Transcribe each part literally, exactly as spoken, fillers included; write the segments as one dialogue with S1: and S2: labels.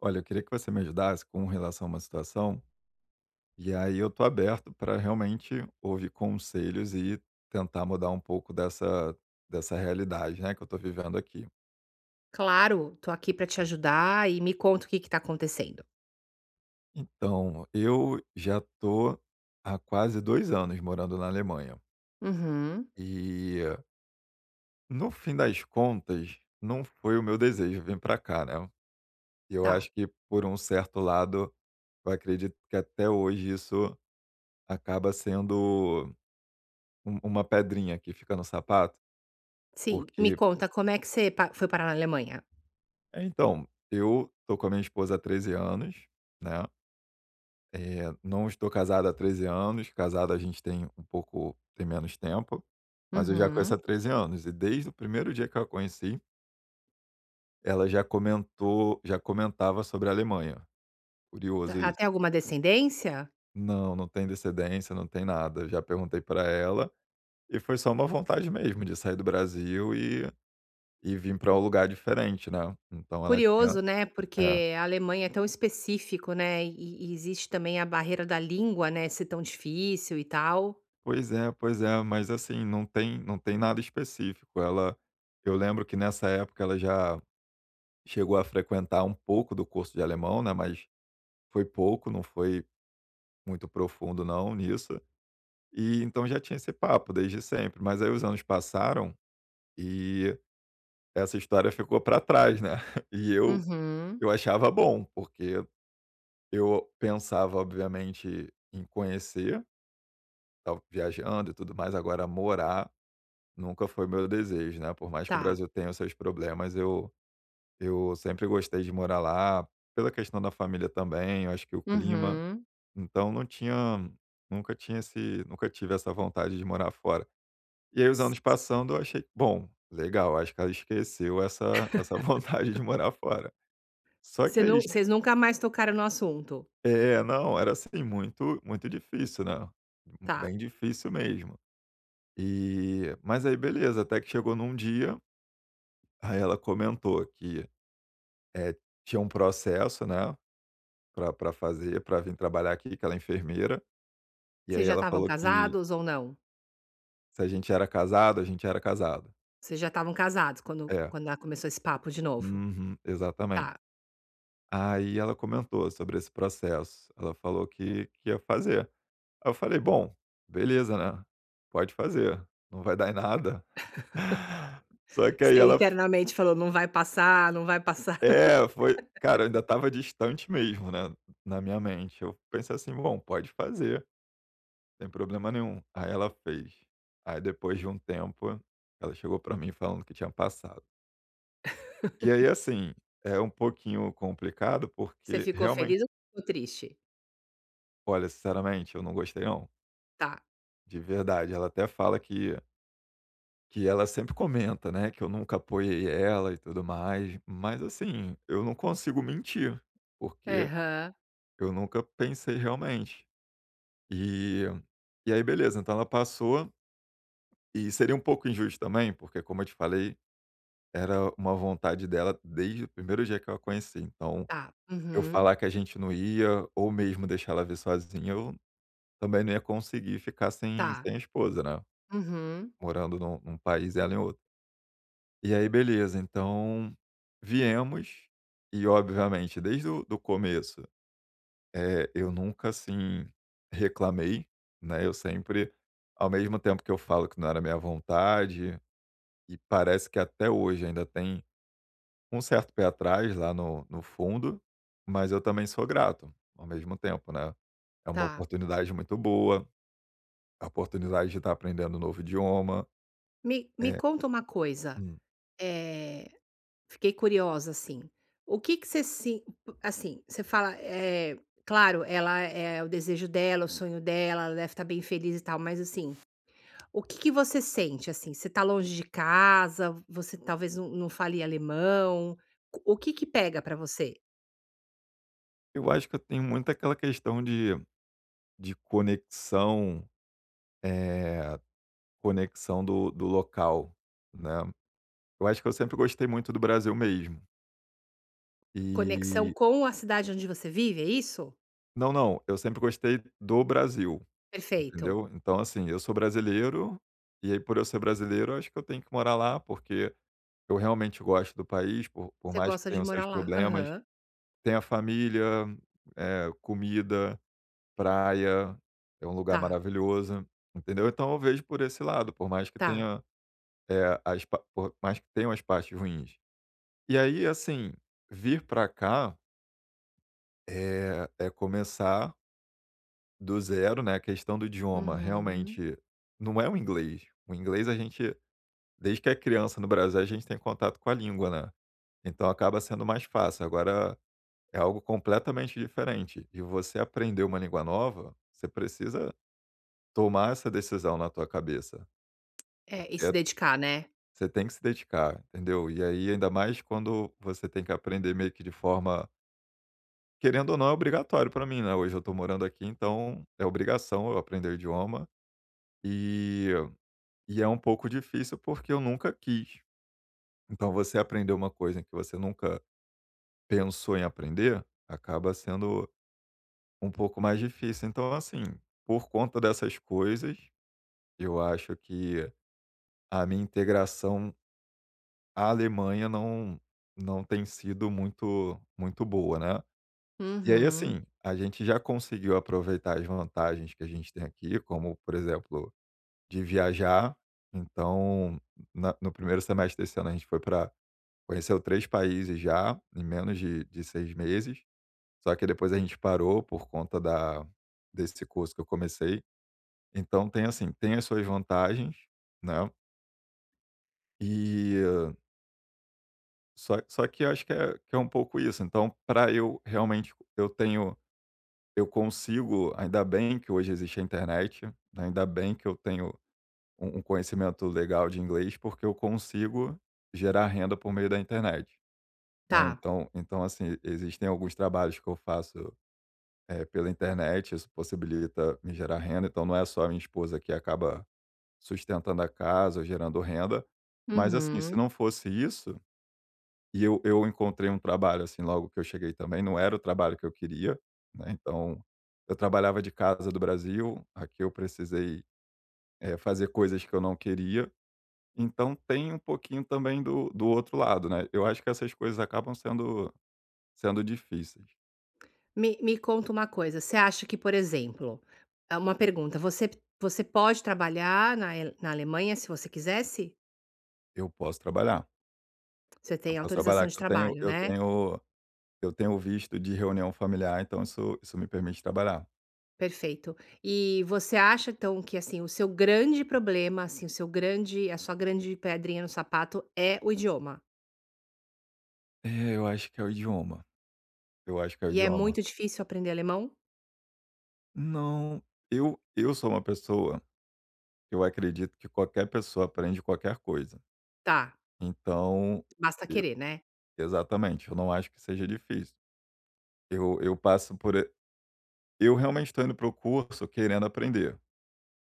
S1: Olha, eu queria que você me ajudasse com relação a uma situação, e aí eu tô aberto para realmente ouvir conselhos e tentar mudar um pouco dessa, dessa realidade, né, que eu tô vivendo aqui.
S2: Claro, tô aqui pra te ajudar e me conta o que que tá acontecendo.
S1: Então, eu já tô há quase dois anos morando na Alemanha.
S2: Uhum.
S1: E no fim das contas, não foi o meu desejo vir para cá, né? Eu
S2: Tá,
S1: acho que por um certo lado, eu acredito que até hoje isso acaba sendo um- uma pedrinha que fica no sapato.
S2: sim, me
S1: Porque
S2: conta como é que você pa foi parar na Alemanha?
S1: é, então, eu tô com a minha esposa há treze anos, né. Eh, não estou casado há treze anos. Casado, a gente tem um pouco tem menos tempo, mas eu já conheço
S2: Uhum.
S1: há treze anos. E desde o primeiro dia que eu a conheci, ela já comentou já comentava sobre a Alemanha.
S2: Tá,
S1: Curioso
S2: ela tem
S1: isso.
S2: alguma descendência?
S1: Não, não tem descendência, não tem nada. Eu já perguntei para ela, e foi só uma vontade mesmo de sair do Brasil e e vir para um lugar diferente, né, então ela tinha.
S2: Curioso, né,
S1: é.
S2: porque a Alemanha é tão específico, né, e e existe também a barreira da língua, né, ser tão difícil e tal.
S1: Pois é, pois é, mas assim, não tem não tem nada específico. Ela Eu lembro que nessa época ela já chegou a frequentar um pouco do curso de alemão, né, mas foi pouco, não foi muito profundo não nisso. E então já tinha esse papo desde sempre, mas aí os anos passaram e essa história ficou para trás, né. E eu
S2: Uhum.
S1: eu achava bom, porque eu pensava obviamente em conhecer, estava viajando e tudo mais. Agora, morar Nunca foi meu desejo, né. Por mais que o
S2: Tá.
S1: Brasil tenha os seus problemas, eu eu sempre gostei de morar lá, pela questão da família também. Eu acho que o clima,
S2: Uhum.
S1: então não tinha nunca tinha esse nunca tive essa vontade de morar fora. E aí, os anos
S2: S
S1: passando, eu achei: "Bom, legal, acho que ela esqueceu essa essa vontade de morar fora". Só
S2: Você
S1: que
S2: não,
S1: aí che
S2: vocês nunca mais tocaram no assunto?
S1: é, não, era assim muito muito difícil, né,
S2: Tá.
S1: bem difícil mesmo. E mas aí, beleza, até que chegou num dia, aí ela comentou que Eh, tinha um processo, né, pra pra fazer, pra vir trabalhar aqui, que ela é enfermeira. E aí
S2: Vocês já
S1: ela
S2: estavam
S1: falou que
S2: casados ou não?
S1: se a gente era casado. A gente era casado.
S2: Vocês já estavam casados quando
S1: É.
S2: quando a começou esse papo de novo?
S1: Uhum, exatamente.
S2: Tá.
S1: Aí ela comentou sobre esse processo, ela falou que que ia fazer. Aí eu falei: "Bom, beleza, né, pode fazer, não vai dar em nada". Só que aí
S2: Você
S1: ela.
S2: internamente falou: "Não vai passar, não vai passar".
S1: É, foi, cara. Eu ainda tava distante mesmo, né, na minha mente. Eu pensei assim: "Bom, pode fazer". Tem problema nenhum. Aí ela fez. Aí, depois de um tempo, ela chegou pra mim falando que tinha passado. E aí, assim, é um pouquinho complicado
S2: Você
S1: porque,
S2: ficou feliz
S1: realmente,
S2: ou ficou triste?
S1: olha, sinceramente, eu não gostei não,
S2: Tá.
S1: de verdade. Ela até fala que que ela sempre comenta, né, que eu nunca apoiei ela e tudo mais, mas, assim, eu não consigo mentir, porque
S2: Aham.
S1: eu nunca pensei realmente. E e aí, beleza, então ela passou e seria um pouco injusto também, porque, como eu te falei, era uma vontade dela desde o primeiro dia que eu a conheci. Então,
S2: Tá.
S1: eu
S2: Uhum.
S1: falar que a gente não ia, ou mesmo deixar ela vir sozinha, eu também não ia conseguir ficar sem
S2: Tá.
S1: sem a esposa, né,
S2: Uhum.
S1: morando num num país e ela em outro. E aí, beleza, então viemos. E, obviamente, desde o do começo, eh, eu nunca, assim, reclamei, né. Eu sempre, ao mesmo tempo que eu falo que não era minha vontade, e parece que até hoje ainda tem um certo pé atrás lá no no fundo, mas eu também sou grato ao mesmo tempo, né. É uma
S2: Tá.
S1: oportunidade muito boa, a oportunidade de estar aprendendo um novo idioma.
S2: Me me
S1: é
S2: conta uma coisa,
S1: Hum.
S2: eh, fiquei curiosa, assim, o que que você se assim, você fala, eh, claro, ela é o desejo dela, o sonho dela, ela deve estar bem feliz e tal, mas, assim, o que que você sente, assim? Você tá longe de casa, você talvez não não fale alemão. O que que pega pra você?
S1: Eu acho que eu tenho muito aquela questão de de conexão. é Conexão do do local, né. Eu acho que eu sempre gostei muito do Brasil mesmo.
S2: Conexão
S1: e
S2: com a cidade onde você vive, é isso?
S1: não, não, eu sempre gostei do Brasil.
S2: Perfeito.
S1: Entendeu? Então, assim, eu sou brasileiro, e aí, por eu ser brasileiro, eu acho que eu tenho que morar lá, porque eu realmente gosto do país, por, por
S2: Você
S1: mais que
S2: gosta
S1: tenha
S2: de
S1: os seus
S2: morar lá.
S1: problemas.
S2: Aham.
S1: Tem a família, eh, comida, praia, é um lugar
S2: Tá,
S1: maravilhoso, entendeu? Então eu vejo por esse lado. Por mais que
S2: tá.
S1: tenha, é as, pa- por mais que tenham as partes ruins. E aí, assim, vir para cá é, é começar do zero, né? A questão do idioma,
S2: Uhum.
S1: realmente, não é o inglês. O inglês a gente Desde que é criança no Brasil, a gente tem contato com a língua, né. Então acaba sendo mais fácil. Agora é algo completamente diferente. E você aprender uma língua nova, você precisa tomar essa decisão na tua cabeça,
S2: É, e se
S1: porque
S2: dedicar, né?
S1: você tem que se dedicar, entendeu. E aí, ainda mais quando você tem que aprender meio que de forma, querendo ou não, é obrigatório para mim, né. Hoje eu tô morando aqui, então é obrigação eu aprender o idioma, e e é um pouco difícil, porque eu nunca quis. Então, você aprender uma coisa em que você nunca pensou em aprender, acaba sendo um pouco mais difícil. Então, assim, por conta dessas coisas, eu acho que a minha integração à Alemanha não, não tem sido muito, muito boa, né? E aí,
S2: Uhum.
S1: assim, a gente já conseguiu aproveitar as vantagens que a gente tem aqui, como, por exemplo, de viajar. Então, na- no primeiro semestre desse ano, a gente foi para. Conheceu três países já, em menos de, de seis meses. Só que depois a gente parou por conta da desse curso que eu comecei. Então tem, assim, tem as suas vantagens, né. E eh, só só que eu acho que é que é um pouco isso. Então, para eu realmente eu tenho eu consigo ainda bem que hoje existe a internet, né. Ainda bem que eu tenho um um conhecimento legal de inglês, porque eu consigo gerar renda por meio da internet, né.
S2: Tá.
S1: Então então, assim, existem alguns trabalhos que eu faço eh, pela internet. Isso possibilita me gerar renda, então não é só a minha esposa que acaba sustentando a casa ou gerando renda. Mas, assim, se
S2: Uhum.
S1: não fosse isso... E eu eu encontrei um trabalho, assim, logo que eu cheguei também, não era o trabalho que eu queria, né. Então, eu trabalhava de casa do Brasil. Aqui eu precisei, eh, fazer coisas que eu não queria, então tem um pouquinho também do do outro lado, né. Eu acho que essas coisas acabam sendo sendo difíceis.
S2: Me me conta uma coisa, você acha que, por exemplo, ah, uma pergunta, você você pode trabalhar na El na Alemanha se você quisesse?
S1: Eu posso trabalhar.
S2: Você
S1: Eu
S2: tem
S1: posso
S2: autorização
S1: trabalhar
S2: de
S1: que eu tenho
S2: trabalho,
S1: eu
S2: né?
S1: tenho Eu tenho visto de reunião familiar, então isso isso me permite trabalhar.
S2: Perfeito. E você acha então que, assim, o seu grande problema, assim, o seu grande a sua grande pedrinha no sapato é o idioma?
S1: É, eu acho que é o idioma, eu acho que é o
S2: E é
S1: idioma.
S2: muito difícil aprender alemão?
S1: Não, eu eu sou uma pessoa. Eu acredito que qualquer pessoa aprende qualquer coisa.
S2: Tá,
S1: Então
S2: basta
S1: eu
S2: querer, né.
S1: exatamente, eu não acho que seja difícil. Eu eu passo por e eu realmente estou indo para o curso querendo aprender,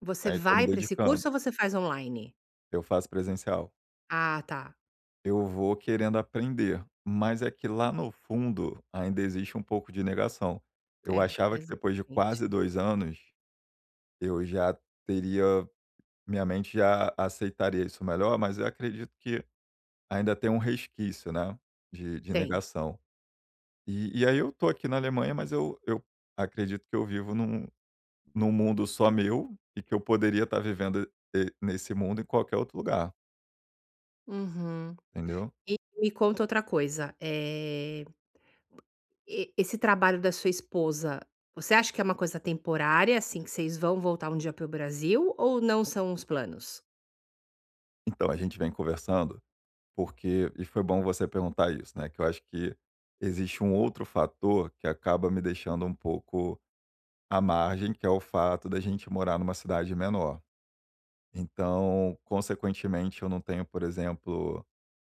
S2: Você
S1: né, estou me
S2: vai para esse
S1: dedicando.
S2: curso ou você faz online?
S1: Eu faço presencial.
S2: Ah, tá.
S1: Eu vou querendo aprender, mas é que lá no fundo ainda existe um pouco de negação. Eu
S2: É,
S1: achava que, depois de
S2: exatamente.
S1: quase dois anos, eu já teria minha mente já aceitaria isso melhor, mas eu acredito que ainda tem um resquício, né, de de
S2: Tem.
S1: negação. E e aí, eu tô aqui na Alemanha, mas eu eu acredito que eu vivo num num mundo só meu, e que eu poderia estar vivendo, eh, nesse mundo, em qualquer outro lugar,
S2: Uhum.
S1: entendeu?
S2: E me conta outra coisa, eh, e esse trabalho da sua esposa, você acha que é uma coisa temporária, assim, que vocês vão voltar um dia para o Brasil ou não são os planos?
S1: Então, a gente vem conversando. Porque e foi bom você perguntar isso, né, que eu acho que existe um outro fator que acaba me deixando um pouco à margem, que é o fato da gente morar numa cidade menor. Então, consequentemente, eu não tenho, por exemplo,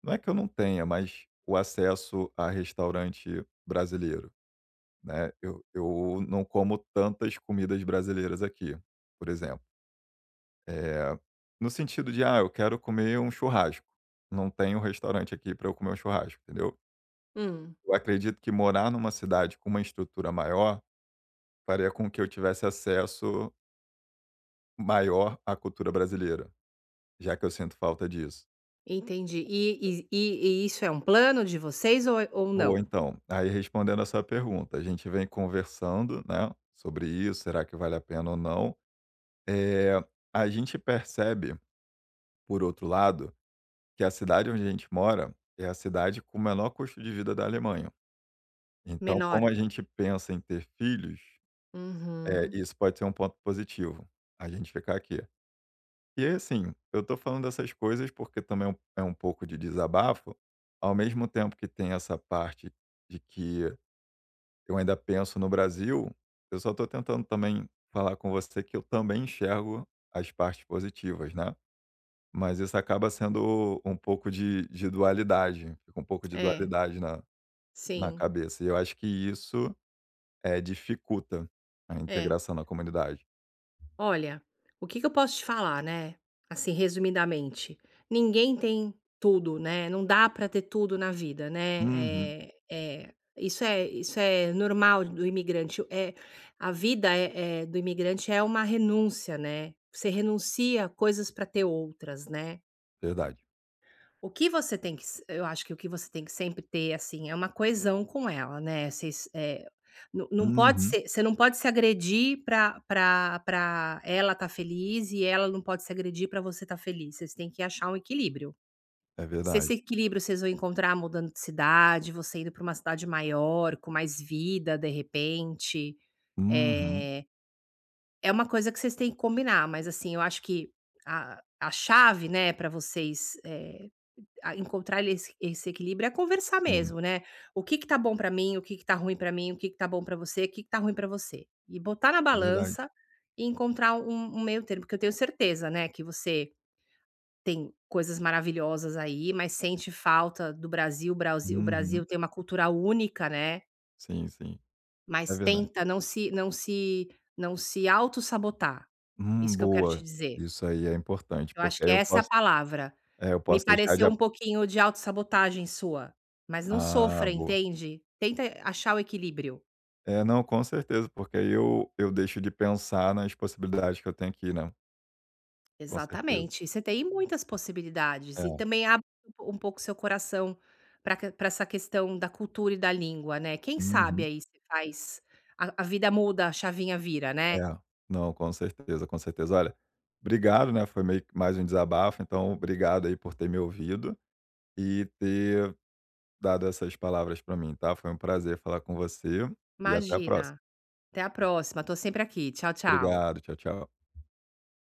S1: não é que eu não tenha, mas o acesso a restaurante brasileiro, né. Eu eu não como tantas comidas brasileiras aqui, por exemplo. é no sentido de: "Ah, eu quero comer um churrasco", não tem um restaurante aqui para eu comer um churrasco, entendeu?
S2: Hum.
S1: Eu acredito que morar numa cidade com uma estrutura maior faria com que eu tivesse acesso maior à cultura brasileira, já que eu sinto falta disso.
S2: Entendi. E e e e isso é um plano de vocês ou é ou
S1: Boa.
S2: não?
S1: Então, aí, respondendo a sua pergunta, a gente vem conversando, né, sobre isso, será que vale a pena ou não. É, a gente percebe, por outro lado, que a cidade onde a gente mora é a cidade com o menor custo de vida da Alemanha. Então, como
S2: Menor?
S1: a gente pensa em ter filhos, eh,
S2: Uhum.
S1: isso pode ser um ponto positivo, a gente ficar aqui. E aí, assim, eu tô falando dessas coisas porque também é um é um pouco de desabafo. Ao mesmo tempo que tem essa parte de que eu ainda penso no Brasil, eu só tô tentando também falar com você que eu também enxergo as partes positivas, né. Mas isso acaba sendo um pouco de de dualidade. Fica um pouco de
S2: É,
S1: dualidade na na
S2: sim,
S1: cabeça, e eu acho que isso, é dificulta a
S2: é.
S1: integração na comunidade.
S2: Olha, o que que eu posso te falar, né, assim, resumidamente, ninguém tem tudo, né, não dá pra ter tudo na vida, né,
S1: Uhum,
S2: eh eh, isso é isso é normal do imigrante. É a vida, eh eh, do imigrante é uma renúncia, né, você renuncia a coisas pra ter outras, né.
S1: verdade.
S2: O que você tem que s Eu acho que o que você tem que sempre ter, assim, é uma coesão com ela, né, vocês, é, não não pode
S1: Uhum,
S2: ser, você não pode se agredir pra pra pra ela estar feliz e ela não pode se agredir pra você estar feliz, vocês têm que achar um equilíbrio.
S1: é
S2: Se
S1: verdade.
S2: esse equilíbrio vocês vão encontrar mudando de cidade, você indo pra uma cidade maior, com mais vida, de repente,
S1: Uhum,
S2: eh é uma coisa que vocês têm que combinar, mas assim, eu acho que a a chave, né, para vocês, eh, a encontrar esse esse equilíbrio é conversar
S1: sim.
S2: mesmo, né. "O que que tá bom pra mim, o que que tá ruim pra mim, o que que tá bom pra você, o que que tá ruim pra você?" E botar na
S1: É verdade.
S2: balança e encontrar um um meio termo, porque eu tenho certeza, né, que você tem coisas maravilhosas aí, mas sente falta do Brasil. O Brasi o
S1: Uhum.
S2: Brasil tem uma cultura única, né.
S1: Sim, sim. É
S2: Mas
S1: verdade.
S2: tenta não se não se não se autossabotar.
S1: Hum,
S2: Isso que eu quero te
S1: boa.
S2: dizer.
S1: Isso aí é importante,
S2: Eu acho
S1: porque
S2: que
S1: aí eu
S2: essa é a
S1: posso
S2: palavra.
S1: é, eu
S2: Me
S1: posso deixar de
S2: pareceu
S1: ap
S2: um pouquinho de autossabotagem sua, mas não
S1: ah,
S2: sofra,
S1: boa.
S2: entende? Tenta achar o equilíbrio.
S1: É, não, com certeza, porque aí eu eu deixo de pensar nas possibilidades que eu tenho aqui, né, com certeza.
S2: Exatamente. Você tem muitas possibilidades e
S1: É.
S2: também abre um pouco seu coração para que essa questão da cultura e da língua, né. Quem sabe
S1: Uhum.
S2: aí você faz, a a vida muda, a chavinha vira, né.
S1: É. Não, com certeza, com certeza. Olha, obrigado, né, foi meio que mais um desabafo, então obrigado aí por ter me ouvido e ter dado essas palavras para mim, tá. Foi um prazer falar com você e até a próxima.
S2: Imagina. Até a próxima, tô sempre aqui. Tchau, tchau.
S1: Obrigado, tchau, tchau.